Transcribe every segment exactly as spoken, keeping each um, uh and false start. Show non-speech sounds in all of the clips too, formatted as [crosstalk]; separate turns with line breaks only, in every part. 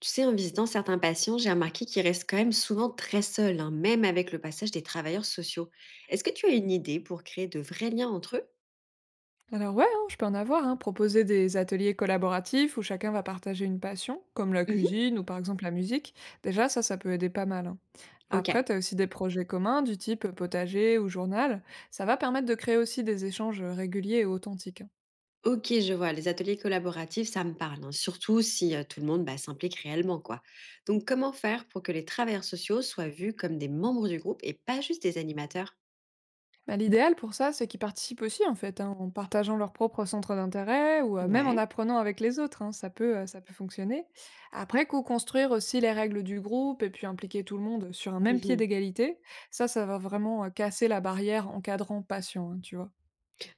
Tu sais, en visitant certains patients, j'ai remarqué qu'ils restent quand même souvent très seuls, hein, même avec le passage des travailleurs sociaux. Est-ce que tu as une idée pour créer de vrais liens entre eux?
Alors ouais, hein, je peux en avoir, hein. Proposer des ateliers collaboratifs où chacun va partager une passion, comme la
Mhm.
cuisine ou par exemple la musique, déjà ça, ça peut aider pas mal, hein.
Ok.
Après, t'as aussi des projets communs du type potager ou journal, ça va permettre de créer aussi des échanges réguliers et authentiques, hein.
Ok, je vois. Les ateliers collaboratifs, ça me parle, hein, surtout si euh, tout le monde, bah, s'implique réellement, quoi. Donc, comment faire pour que les travailleurs sociaux soient vus comme des membres du groupe et pas juste des animateurs?
Bah, l'idéal pour ça, c'est qu'ils participent aussi en fait, hein, en partageant leurs propres centres d'intérêt ou euh, même en
Ouais.
apprenant avec les autres, hein, ça peut, euh, ça peut fonctionner. Après, co-construire aussi les règles du groupe et puis impliquer tout le monde sur un même pied d'égalité, ça, ça va vraiment euh, casser la barrière encadrant patient, hein, tu vois.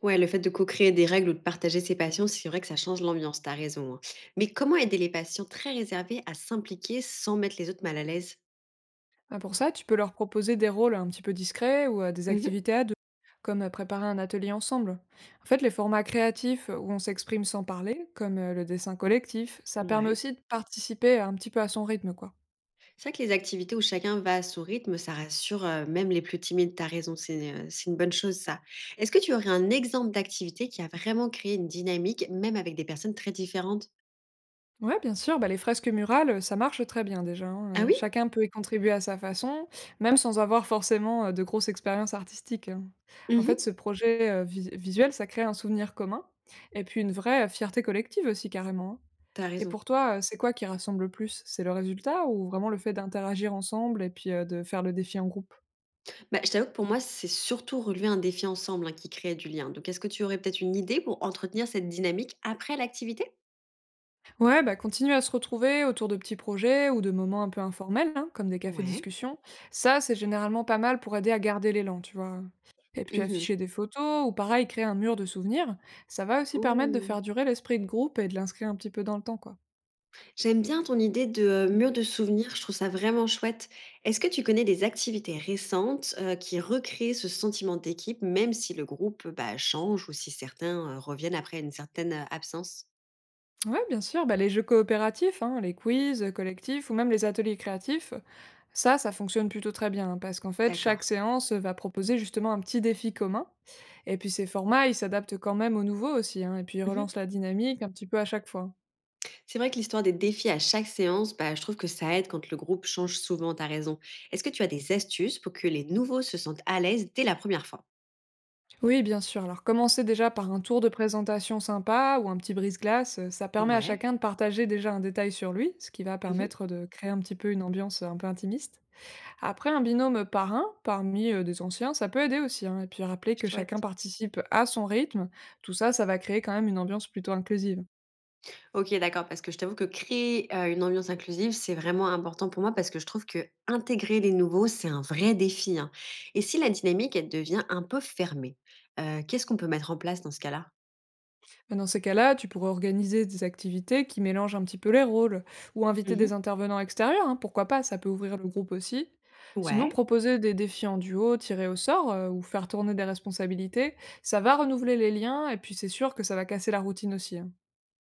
Ouais, le fait de co-créer des règles ou de partager ses passions, c'est vrai que ça change l'ambiance, t'as raison, hein. Mais comment aider les patients très réservés à s'impliquer sans mettre les autres mal à l'aise?
Bah, pour ça, tu peux leur proposer des rôles un petit peu discrets ou euh, des
Mhm.
activités à deux, comme euh, préparer un atelier ensemble. En fait, les formats créatifs où on s'exprime sans parler, comme euh, le dessin collectif, ça permet
Ouais.
aussi de participer un petit peu à son rythme, quoi.
C'est vrai que les activités où chacun va à son rythme, ça rassure, euh, même les plus timides, t'as raison, c'est euh, c'est une bonne chose, ça. Est-ce que tu aurais un exemple d'activité qui a vraiment créé une dynamique, même avec des personnes très différentes?
Ouais, bien sûr, bah, les fresques murales, ça marche très bien déjà,
Ah
hein, heu,
oui.
chacun peut y contribuer à sa façon, même sans avoir forcément, heu, de grosses expériences artistiques, hein. En
Mhm.
fait, ce projet, heu, vi visuel, ça crée un souvenir commun et puis une vraie, heu, fierté collective aussi carrément, hein.
T'as
Et
raison.
pour toi, heu, c'est quoi qui rassemble le plus? C'est le résultat ou vraiment le fait d'interagir ensemble et puis, heu, de faire le défi en groupe?
Bah, je t'avoue que pour moi, c'est surtout relever un défi ensemble, hein, qui crée du lien. Donc, est-ce que tu aurais peut-être une idée pour entretenir cette dynamique après l'activité?
Ouais, bah, continue à se retrouver autour de petits projets ou de moments un peu informels, hein, comme des cafés
Ouais.
discussions. Ça, c'est généralement pas mal pour aider à garder l'élan, tu vois. Et puis
Mmh.
afficher des photos ou pareil, créer un mur de souvenirs, ça va aussi permettre
Ouh!
de faire durer l'esprit de groupe et de l'inscrire un petit peu dans le temps, quoi.
J'aime bien ton idée de, heu, mur de souvenirs, je trouve ça vraiment chouette. Est-ce que tu connais des activités récentes, heu, qui recréent ce sentiment d'équipe, même si le groupe, bah, change ou si certains, heu, reviennent après une certaine, heu, absence?
Ouais, bien sûr, bah, les jeux coopératifs, hein, les quiz euh, collectifs ou même les ateliers créatifs, ça, ça fonctionne plutôt très bien hein, parce qu'en fait, chaque
D'accord.
séance euh, va proposer justement un petit défi commun. Et puis ces formats, ils s'adaptent quand même au nouveau aussi, hein, et puis ils
Mmh.
relancent la dynamique un petit peu à chaque fois.
C'est vrai que l'histoire des défis à chaque séance, bah, je trouve que ça aide quand le groupe change souvent, tu raison. Est-ce que tu as des astuces pour que les nouveaux se sentent à l'aise dès la première fois?
Oui, bien sûr. Alors commencer déjà par un tour de présentation sympa ou un petit brise-glace, euh, ça permet à
Ouais.
chacun de partager déjà un détail sur lui, ce qui va
Mmh.
permettre de créer un petit peu une ambiance euh, un peu intimiste. Après, un binôme parrain, parmi euh, des anciens, ça peut aider aussi, hein. Et puis rappeler que chacun
Chouette.
participe à son rythme, tout ça, ça va créer quand même une ambiance plutôt inclusive.
OK, d'accord, parce que je t'avoue que créer, heu, une ambiance inclusive, c'est vraiment important pour moi parce que je trouve que intégrer les nouveaux, c'est un vrai défi, hein, et si la dynamique, elle devient un peu fermée, heu, qu'est-ce qu'on peut mettre en place dans ce cas-là?
Mais dans ces cas-là, tu pourrais organiser des activités qui mélangent un petit peu les rôles, ou inviter
Mmh.
des intervenants extérieurs, hein, pourquoi pas, ça peut ouvrir le groupe aussi. Sinon,
Ouais.
proposer des défis en duo, tirer au sort, euh, ou faire tourner des responsabilités, ça va renouveler les liens, et puis c'est sûr que ça va casser la routine aussi, hein.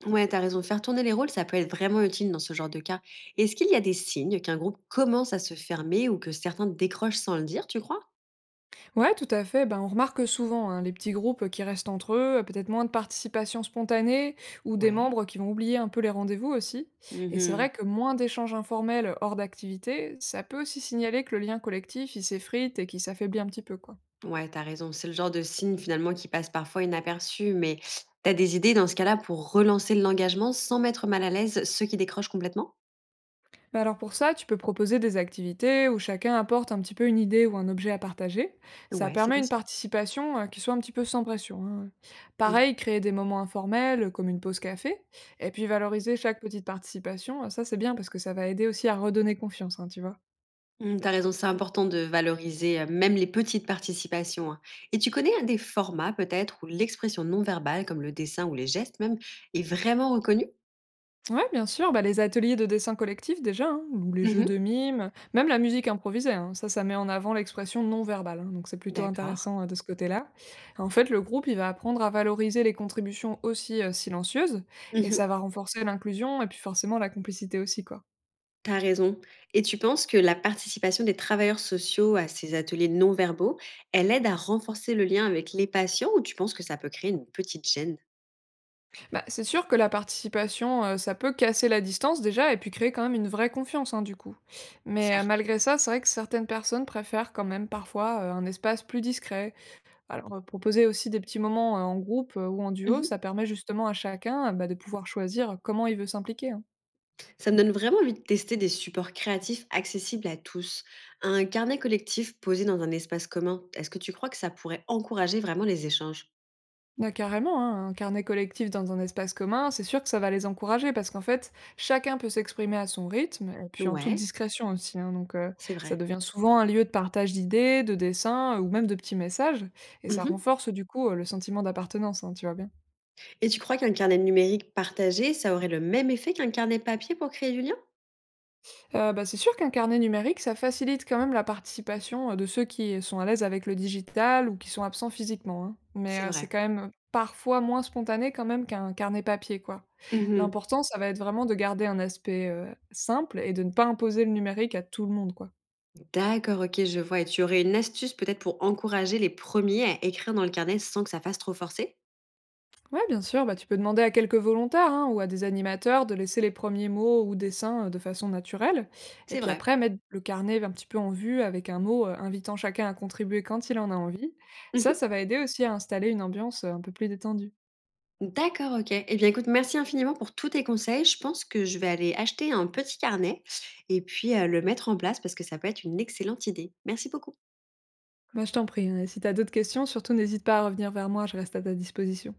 Ouais, t'as raison, faire tourner les rôles, ça peut être vraiment utile dans ce genre de cas. Est-ce qu'il y a des signes qu'un groupe commence à se fermer ou que certains décrochent sans le dire, tu crois?
Ouais, tout à fait. Ben, on remarque souvent hein, les petits groupes qui restent entre eux, euh, peut-être moins de participation spontanée ou des
Ouais.
membres qui vont oublier un peu les rendez-vous aussi. Et c'est
Mmh.
vrai que moins d'échanges informels hors d'activité, ça peut aussi signaler que le lien collectif il s'effrite et qu'il s'affaiblit un petit peu, quoi.
Ouais, t'as raison. C'est le genre de signe finalement qui passe parfois inaperçu, mais t'as des idées dans ce cas-là pour relancer l'engagement sans mettre mal à l'aise ceux qui décrochent complètement?
Bah alors pour ça, tu peux proposer des activités où chacun apporte un petit peu une idée ou un objet à partager. Ça
Ouais, c'est
permet
bien
une
ça.
participation euh, qui soit un petit peu sans pression, hein.
Mmh.
Pareil, créer des moments informels euh, comme une pause café, et puis valoriser chaque petite participation, euh, ça c'est bien parce que ça va aider aussi à redonner confiance, hein, tu vois.
Mmh, tu raison, c'est important de valoriser, euh, même les petites participations, hein. Et tu connais un des formats peut-être où l'expression non verbale, comme le dessin ou les gestes même, est vraiment reconnue?
Ouais, bien sûr, bah, les ateliers de dessin collectif déjà, hein, ou les jeux de
Mhm.
mime, même la musique improvisée, hein, ça, ça met en avant l'expression non verbale, hein, donc c'est plutôt
D'accord.
intéressant euh, de ce côté-là. En fait, le groupe, il va apprendre à valoriser les contributions aussi euh, silencieuses, et ça va renforcer l'inclusion et puis forcément la complicité aussi, quoi.
T'as raison. Et tu penses que la participation des travailleurs sociaux à ces ateliers non verbaux, elle aide à renforcer le lien avec les patients ou tu penses que ça peut créer une petite gêne?
Bah, c'est sûr que la participation, euh, ça peut casser la distance déjà, et puis créer quand même une vraie confiance, hein, du coup. Mais euh,
Certes.
malgré ça, c'est vrai que certaines personnes préfèrent quand même parfois euh, un espace plus discret. Alors, heu, proposer aussi des petits moments, heu, en groupe, heu, ou en duo, ça
Mhm.
permet justement à chacun, euh, bah, de pouvoir choisir comment il veut s'impliquer, hein.
Ça me donne vraiment envie de tester des supports créatifs accessibles à tous. Un carnet collectif posé dans un espace commun, est-ce que tu crois que ça pourrait encourager vraiment les échanges?
Bah, carrément, hein, un carnet collectif dans un espace commun, c'est sûr que ça va les encourager parce qu'en fait, chacun peut s'exprimer à son rythme et puis en toute
Ouais,
discrétion aussi, hein, donc heu,
c'est
ça
vrai.
devient souvent un lieu de partage d'idées, de dessins, heu, ou même de petits messages, et ça
Mhm.
renforce du coup, heu, le sentiment d'appartenance, hein, tu vois bien.
Et tu crois qu'un carnet numérique partagé, ça aurait le même effet qu'un carnet papier pour créer du lien?
Heu, bah, c'est sûr qu'un carnet numérique, ça facilite quand même la participation, heu, de ceux qui sont à l'aise avec le digital ou qui sont absents physiquement, hein. Mais,
C'est
heu,
vrai.
c'est quand même parfois moins spontané quand même qu'un carnet papier, quoi.
Mhm.
L'important, ça va être vraiment de garder un aspect, heu, simple et de ne pas imposer le numérique à tout le monde, quoi.
D'accord, OK, je vois, et tu aurais une astuce peut-être pour encourager les premiers à écrire dans le carnet sans que ça fasse trop forcer?
Ouais, bien sûr, bah, tu peux demander à quelques volontaires hein, ou à des animateurs de laisser les premiers mots ou dessins euh, de façon naturelle. Et
C'est
puis
vrai.
après, mettre le carnet un petit peu en vue avec un mot euh, invitant chacun à contribuer quand il en a envie.
[laughs]
Ça, ça
Mmh.
va aider aussi à installer une ambiance euh, un peu plus détendue.
D'accord, OK. Eh bien, écoute, merci infiniment pour tous tes conseils. Je pense que je vais aller acheter un petit carnet et puis, heu, le mettre en place parce que ça peut être une excellente idée. Merci beaucoup.
Bah, je t'en prie, hein, et si tu as d'autres questions, surtout n'hésite pas à revenir vers moi, je reste à ta disposition.